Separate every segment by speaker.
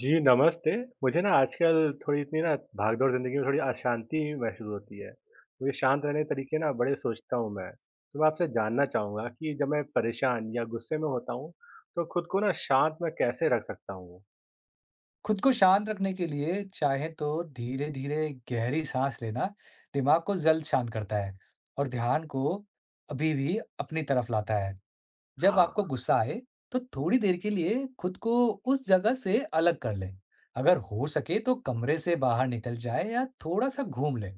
Speaker 1: जी, नमस्ते। मुझे ना आजकल थोड़ी इतनी ना भागदौड़ ज़िंदगी में थोड़ी अशांति महसूस होती है। मुझे शांत रहने के तरीके ना बड़े सोचता हूँ मैं। तो मैं आपसे जानना चाहूँगा कि जब मैं परेशान या गुस्से में होता हूँ, तो खुद को ना शांत मैं कैसे रख सकता हूँ?
Speaker 2: खुद को शांत रखने के लिए चाहे तो धीरे-धीरे गहरी साँस लेना दिमाग को जल्द शांत करता है और ध्यान को अभी भी अपनी तरफ लाता है। जब
Speaker 1: हाँ,
Speaker 2: आपको गुस्सा आए, तो थोड़ी देर के लिए खुद को उस जगह से अलग कर लें। अगर हो सके तो कमरे से बाहर निकल जाएँ या थोड़ा-सा घूम लें,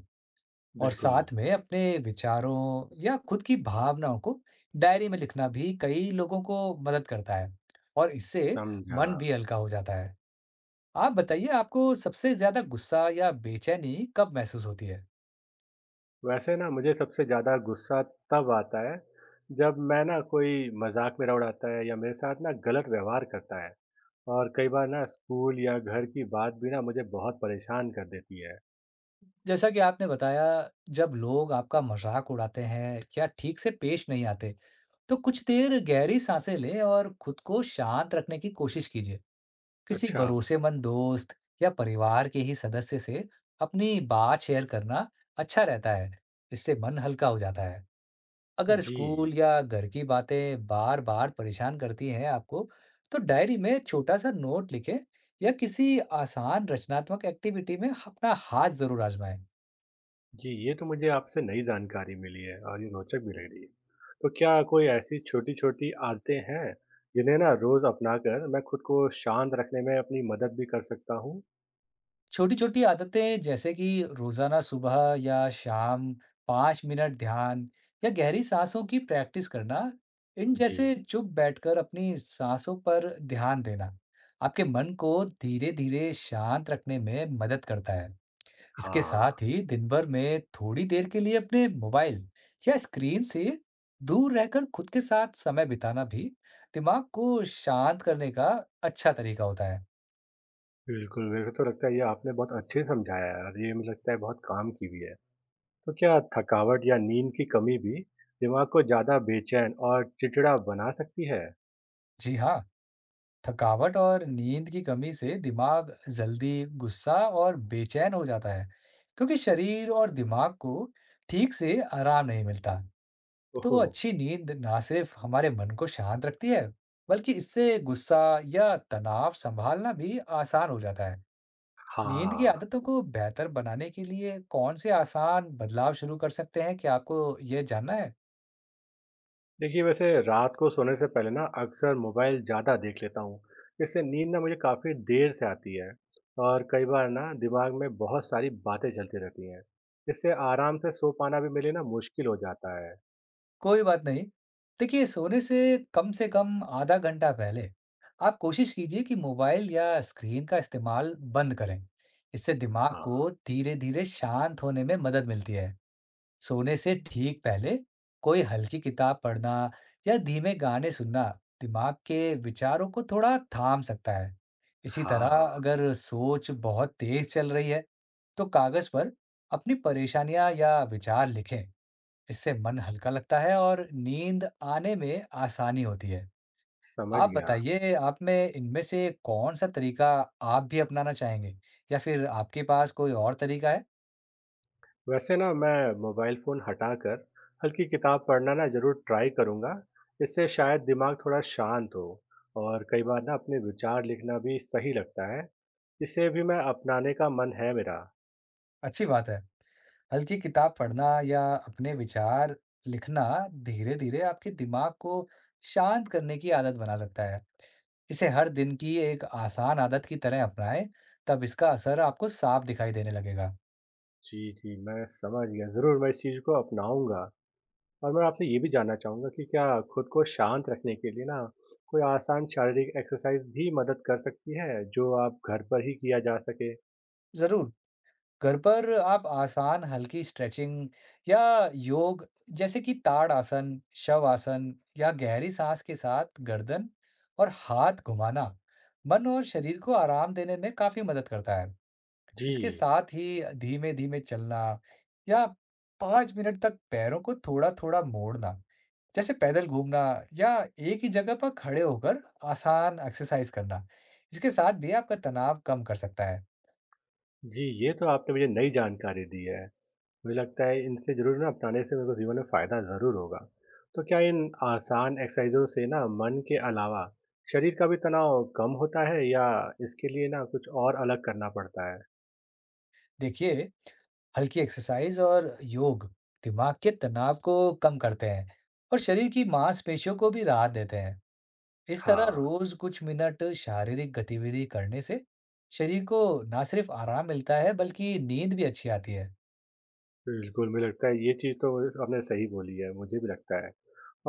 Speaker 2: और
Speaker 1: बिल्कुल,
Speaker 2: साथ में अपने विचारों या खुद की भावनाओं को डायरी में लिखना भी कई लोगों को मदद करता है, और इससे
Speaker 1: समझा।
Speaker 2: मन भी हल्का हो जाता है। आप बताइए, आपको सबसे ज़्यादा गुस्सा या बेचैनी कब महसूस होती है?
Speaker 1: वैसे ना मुझे सबसे ज़्यादा गुस्सा तब आता है, जब मैं ना कोई मज़ाक मेरा उड़ाता है या मेरे साथ ना गलत व्यवहार करता है। और कई बार ना स्कूल या घर की बात भी ना मुझे बहुत परेशान कर देती है।
Speaker 2: जैसा कि आपने बताया, जब लोग आपका मज़ाक उड़ाते हैं या ठीक से पेश नहीं आते, तो कुछ देर गहरी साँसें लें और खुद को शांत रखने की कोशिश कीजिए। किसी
Speaker 1: अच्छा,
Speaker 2: भरोसेमंद दोस्त या परिवार के ही सदस्य से अपनी बात शेयर करना अच्छा रहता है। इससे मन हल्का हो जाता है। अगर
Speaker 1: जी।
Speaker 2: स्कूल या घर की बातें बार-बार परेशान करती हैं आपको, तो डायरी में छोटा सा नोट लिखें या किसी आसान रचनात्मक एक्टिविटी में अपना हाथ ज़रूर आजमाएं।
Speaker 1: जी, ये तो मुझे आपसे नई जानकारी मिली है और ये रोचक भी लग रही है। तो क्या कोई ऐसी छोटी-छोटी आदतें हैं, जिन्हें ना रोज़ अपनाकर मैं खुद को शांत रखने में अपनी मदद भी कर सकता हूँ?
Speaker 2: छोटी-छोटी आदतें जैसे कि रोज़ाना सुबह या शाम 5 मिनट ध्यान या गहरी साँसों की प्रैक्टिस करना, इन
Speaker 1: जी,
Speaker 2: जैसे चुप बैठकर अपनी साँसों पर ध्यान देना, आपके मन को धीरे-धीरे शांत रखने में मदद करता है। इसके
Speaker 1: हाँ,
Speaker 2: साथ ही दिन भर में थोड़ी देर के लिए अपने मोबाइल या स्क्रीन से दूर रहकर खुद के साथ समय बिताना भी दिमाग को शांत करने का अच्छा तरीका होता है।
Speaker 1: बिल्कुल, मेरे को तो लगता है ये आपने बहुत अच्छे समझाया है और ये मुझे लगता है बहुत काम की भी है। तो क्या थकावट या नींद की कमी भी दिमाग को ज़्यादा बेचैन और चिड़चिड़ा बना सकती है?
Speaker 2: जी हाँ, थकावट और नींद की कमी से दिमाग जल्दी गुस्सा और बेचैन हो जाता है, क्योंकि शरीर और दिमाग को ठीक से आराम नहीं मिलता। तो
Speaker 1: ओहो!
Speaker 2: अच्छी नींद ना सिर्फ हमारे मन को शांत रखती है, बल्कि इससे गुस्सा या तनाव संभालना भी आसान हो जाता है। नींद की
Speaker 1: हाँ।
Speaker 2: आदतों को बेहतर बनाने के लिए कौन से आसान बदलाव शुरू कर सकते हैं? क्या आपको ये जानना है?
Speaker 1: देखिए, वैसे रात को सोने से पहले ना अक्सर मोबाइल ज़्यादा देख लेता हूँ। इससे नींद ना मुझे काफ़ी देर से आती है और कई बार ना दिमाग में बहुत सारी बातें चलती रहती हैं। इससे आराम से सो पाना भी मेरे लिए ना मुश्किल हो जाता है।
Speaker 2: कोई बात नहीं। देखिए, सोने से कम आधा घंटा पहले आप कोशिश कीजिए कि मोबाइल या स्क्रीन का इस्तेमाल बंद करें। इससे दिमाग
Speaker 1: हाँ।
Speaker 2: को धीरे-धीरे शांत होने में मदद मिलती है। सोने से ठीक पहले कोई हल्की किताब पढ़ना या धीमे गाने सुनना दिमाग के विचारों को थोड़ा थाम सकता है। इसी तरह
Speaker 1: हाँ
Speaker 2: अगर सोच बहुत तेज चल रही है, तो कागज पर अपनी परेशानियां या विचार लिखें। इससे मन हल्का लगता है और नींद आने में आसानी होती है।
Speaker 1: समझ
Speaker 2: आप
Speaker 1: गया।
Speaker 2: बताइए, आप में इनमें से कौन सा तरीका आप भी अपनाना चाहेंगे, या फिर आपके पास कोई और तरीका है?
Speaker 1: वैसे ना मैं मोबाइल फ़ोन हटाकर हल्की किताब पढ़ना ना ज़रूर ट्राई करूँगा। इससे शायद दिमाग थोड़ा शांत हो और कई बार ना अपने विचार लिखना भी सही लगता है। इसे भी मैं अपनाने का मन है मेरा।
Speaker 2: अच्छी बात है। हल्की किताब पढ़ना या अपने विचार लिखना धीरे धीरे आपके दिमाग को शांत करने की आदत बना सकता है। इसे हर दिन की एक आसान आदत की तरह अपनाएं, तब इसका असर आपको साफ दिखाई देने लगेगा।
Speaker 1: जी, जी, मैं समझ गया। ज़रूर मैं इस चीज़ को अपनाऊँगा और मैं आपसे ये भी जानना चाहूँगा कि क्या खुद को शांत रखने के लिए ना कोई आसान शारीरिक एक्सरसाइज़ भी मदद कर सकती है, जो आप घर पर ही किया जा सके?
Speaker 2: जरूर, घर पर आप आसान हल्की स्ट्रेचिंग या योग, जैसे कि ताड़ आसन, शव आसन, या गहरी सांस के साथ गर्दन और हाथ घुमाना, मन और शरीर को आराम देने में काफी मदद करता है।
Speaker 1: जी,
Speaker 2: इसके साथ ही धीमे-धीमे चलना या 5 मिनट तक पैरों को थोड़ा-थोड़ा मोड़ना, जैसे पैदल घूमना या एक ही जगह पर खड़े होकर आसान एक्सरसाइज करना। इसके साथ भी आपका तनाव कम कर सकता है।
Speaker 1: जी, ये तो आपने मुझे नई जानकारी दी है। मुझे लगता है इनसे ज़रूर ना अपनाने से मेरे को जीवन में फ़ायदा ज़रूर होगा। तो क्या इन आसान एक्सरसाइज़ों से ना मन के अलावा शरीर का भी तनाव कम होता है या इसके लिए ना कुछ और अलग करना पड़ता है?
Speaker 2: देखिए, हल्की एक्सरसाइज और योग दिमाग के तनाव को कम करते हैं और शरीर की मांसपेशियों को भी राहत देते हैं। इस तरह
Speaker 1: हाँ।
Speaker 2: रोज कुछ मिनट शारीरिक गतिविधि करने से शरीर को ना सिर्फ आराम मिलता है, बल्कि नींद भी अच्छी आती है।
Speaker 1: बिल्कुल, मुझे लगता है ये चीज़ तो आपने सही बोली है, मुझे भी लगता है।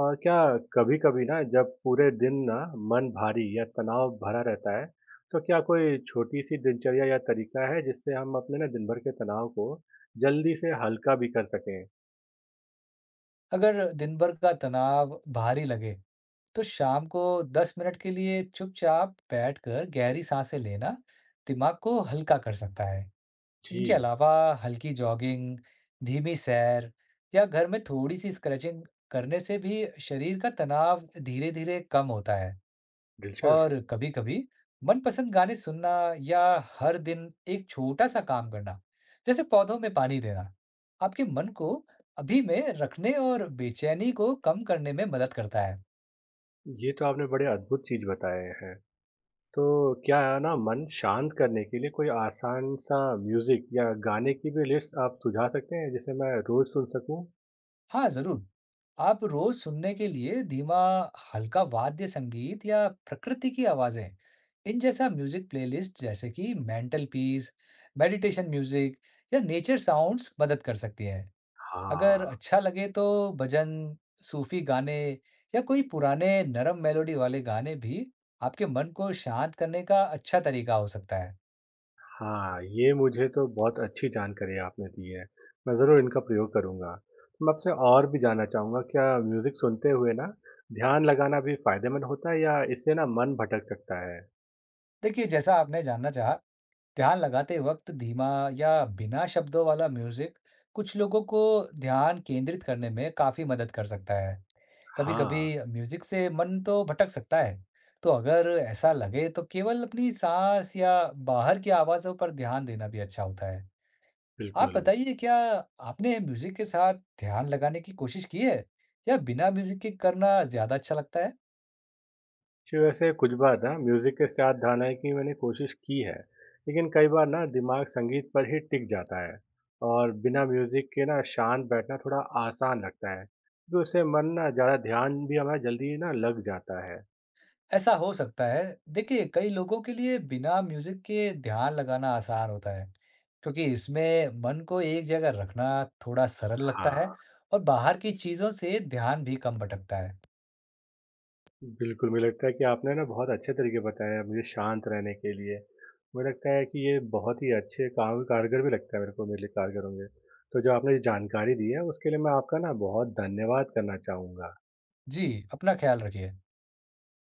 Speaker 1: और क्या कभी-कभी ना जब पूरे दिन ना मन भारी या तनाव भरा रहता है, तो क्या कोई छोटी-सी दिनचर्या या तरीका है जिससे हम अपने ना दिन भर के तनाव को जल्दी से हल्का भी कर सकें?
Speaker 2: अगर दिन भर का तनाव भारी लगे, तो शाम को 10 मिनट के लिए चुपचाप बैठकर गहरी सांसें लेना दिमाग को हल्का कर सकता है। इनके
Speaker 1: जी,
Speaker 2: अलावा हल्की जॉगिंग, धीमी सैर, या घर में थोड़ी सी स्ट्रेचिंग करने से भी शरीर का तनाव धीरे-धीरे कम होता है।
Speaker 1: दिलचस्प।
Speaker 2: और कभी-कभी मनपसंद गाने सुनना, या हर दिन एक छोटा सा काम करना, जैसे पौधों में पानी देना, आपके मन को अभी में रखने और बेचैनी को कम करने में मदद करता है।
Speaker 1: ये तो आपने बड़े अद्भुत चीज़ बताए हैं। तो क्या है ना मन शांत करने के लिए कोई आसान-सा म्यूज़िक या गाने की भी लिस्ट आप सुझा सकते हैं जिसे मैं रोज़ सुन सकूँ?
Speaker 2: हाँ, ज़रूर। आप रोज़ सुनने के लिए धीमा, हल्का वाद्य संगीत या प्रकृति की आवाज़ें, इन जैसा म्यूज़िक प्लेलिस्ट जैसे कि मेंटल पीस, मेडिटेशन म्यूज़िक या नेचर साउंड्स मदद कर सकती है। अगर
Speaker 1: हाँ।
Speaker 2: अच्छा लगे तो भजन, सूफी गाने, या कोई पुराने नरम मेलोडी वाले गाने भी आपके मन को शांत करने का अच्छा तरीका हो सकता है।
Speaker 1: हाँ, ये मुझे तो बहुत अच्छी जानकारी आपने दी है। मैं ज़रूर इनका प्रयोग करूँगा। मैं आपसे और भी जानना चाहूँगा क्या म्यूज़िक सुनते हुए ना ध्यान लगाना भी फ़ायदेमंद होता है या इससे ना मन भटक सकता है?
Speaker 2: देखिए, जैसा आपने जानना चाहा, ध्यान लगाते वक्त धीमा या बिना शब्दों वाला म्यूजिक कुछ लोगों को ध्यान केंद्रित करने में काफी मदद कर सकता है। कभी-कभी
Speaker 1: हाँ,
Speaker 2: म्यूजिक से मन तो भटक सकता है, तो अगर ऐसा लगे तो केवल अपनी सांस या बाहर की आवाजों पर ध्यान देना भी अच्छा होता है। आप
Speaker 1: बिल्कुल।
Speaker 2: बताइए, क्या आपने म्यूजिक के साथ ध्यान लगाने की कोशिश की है, या बिना म्यूजिक के करना ज्यादा अच्छा लगता है?
Speaker 1: कि वैसे कुछ बार ना म्यूज़िक के साथ ध्यान है कि मैंने कोशिश की है, लेकिन कई बार ना दिमाग संगीत पर ही टिक जाता है और बिना म्यूज़िक के ना शांत बैठना थोड़ा आसान लगता है, तो इससे मन ना ज़्यादा ध्यान भी हमारा जल्दी ना लग जाता है।
Speaker 2: ऐसा हो सकता है। देखिए, कई लोगों के लिए बिना म्यूजिक के ध्यान लगाना आसान होता है, क्योंकि इसमें मन को एक जगह रखना थोड़ा सरल लगता है,
Speaker 1: हाँ।
Speaker 2: और बाहर की चीजों से ध्यान भी कम भटकता है।
Speaker 1: बिल्कुल, मुझे लगता है कि आपने ना बहुत अच्छे तरीके बताए हैं मुझे शांत रहने के लिए। मुझे लगता है कि ये बहुत ही अच्छे काम कारगर भी लगता है मेरे को मेरे लिए कारगर होंगे। तो जो आपने ये जानकारी दी है उसके लिए मैं आपका ना बहुत धन्यवाद करना चाहूँगा।
Speaker 2: जी, अपना ख्याल रखिए।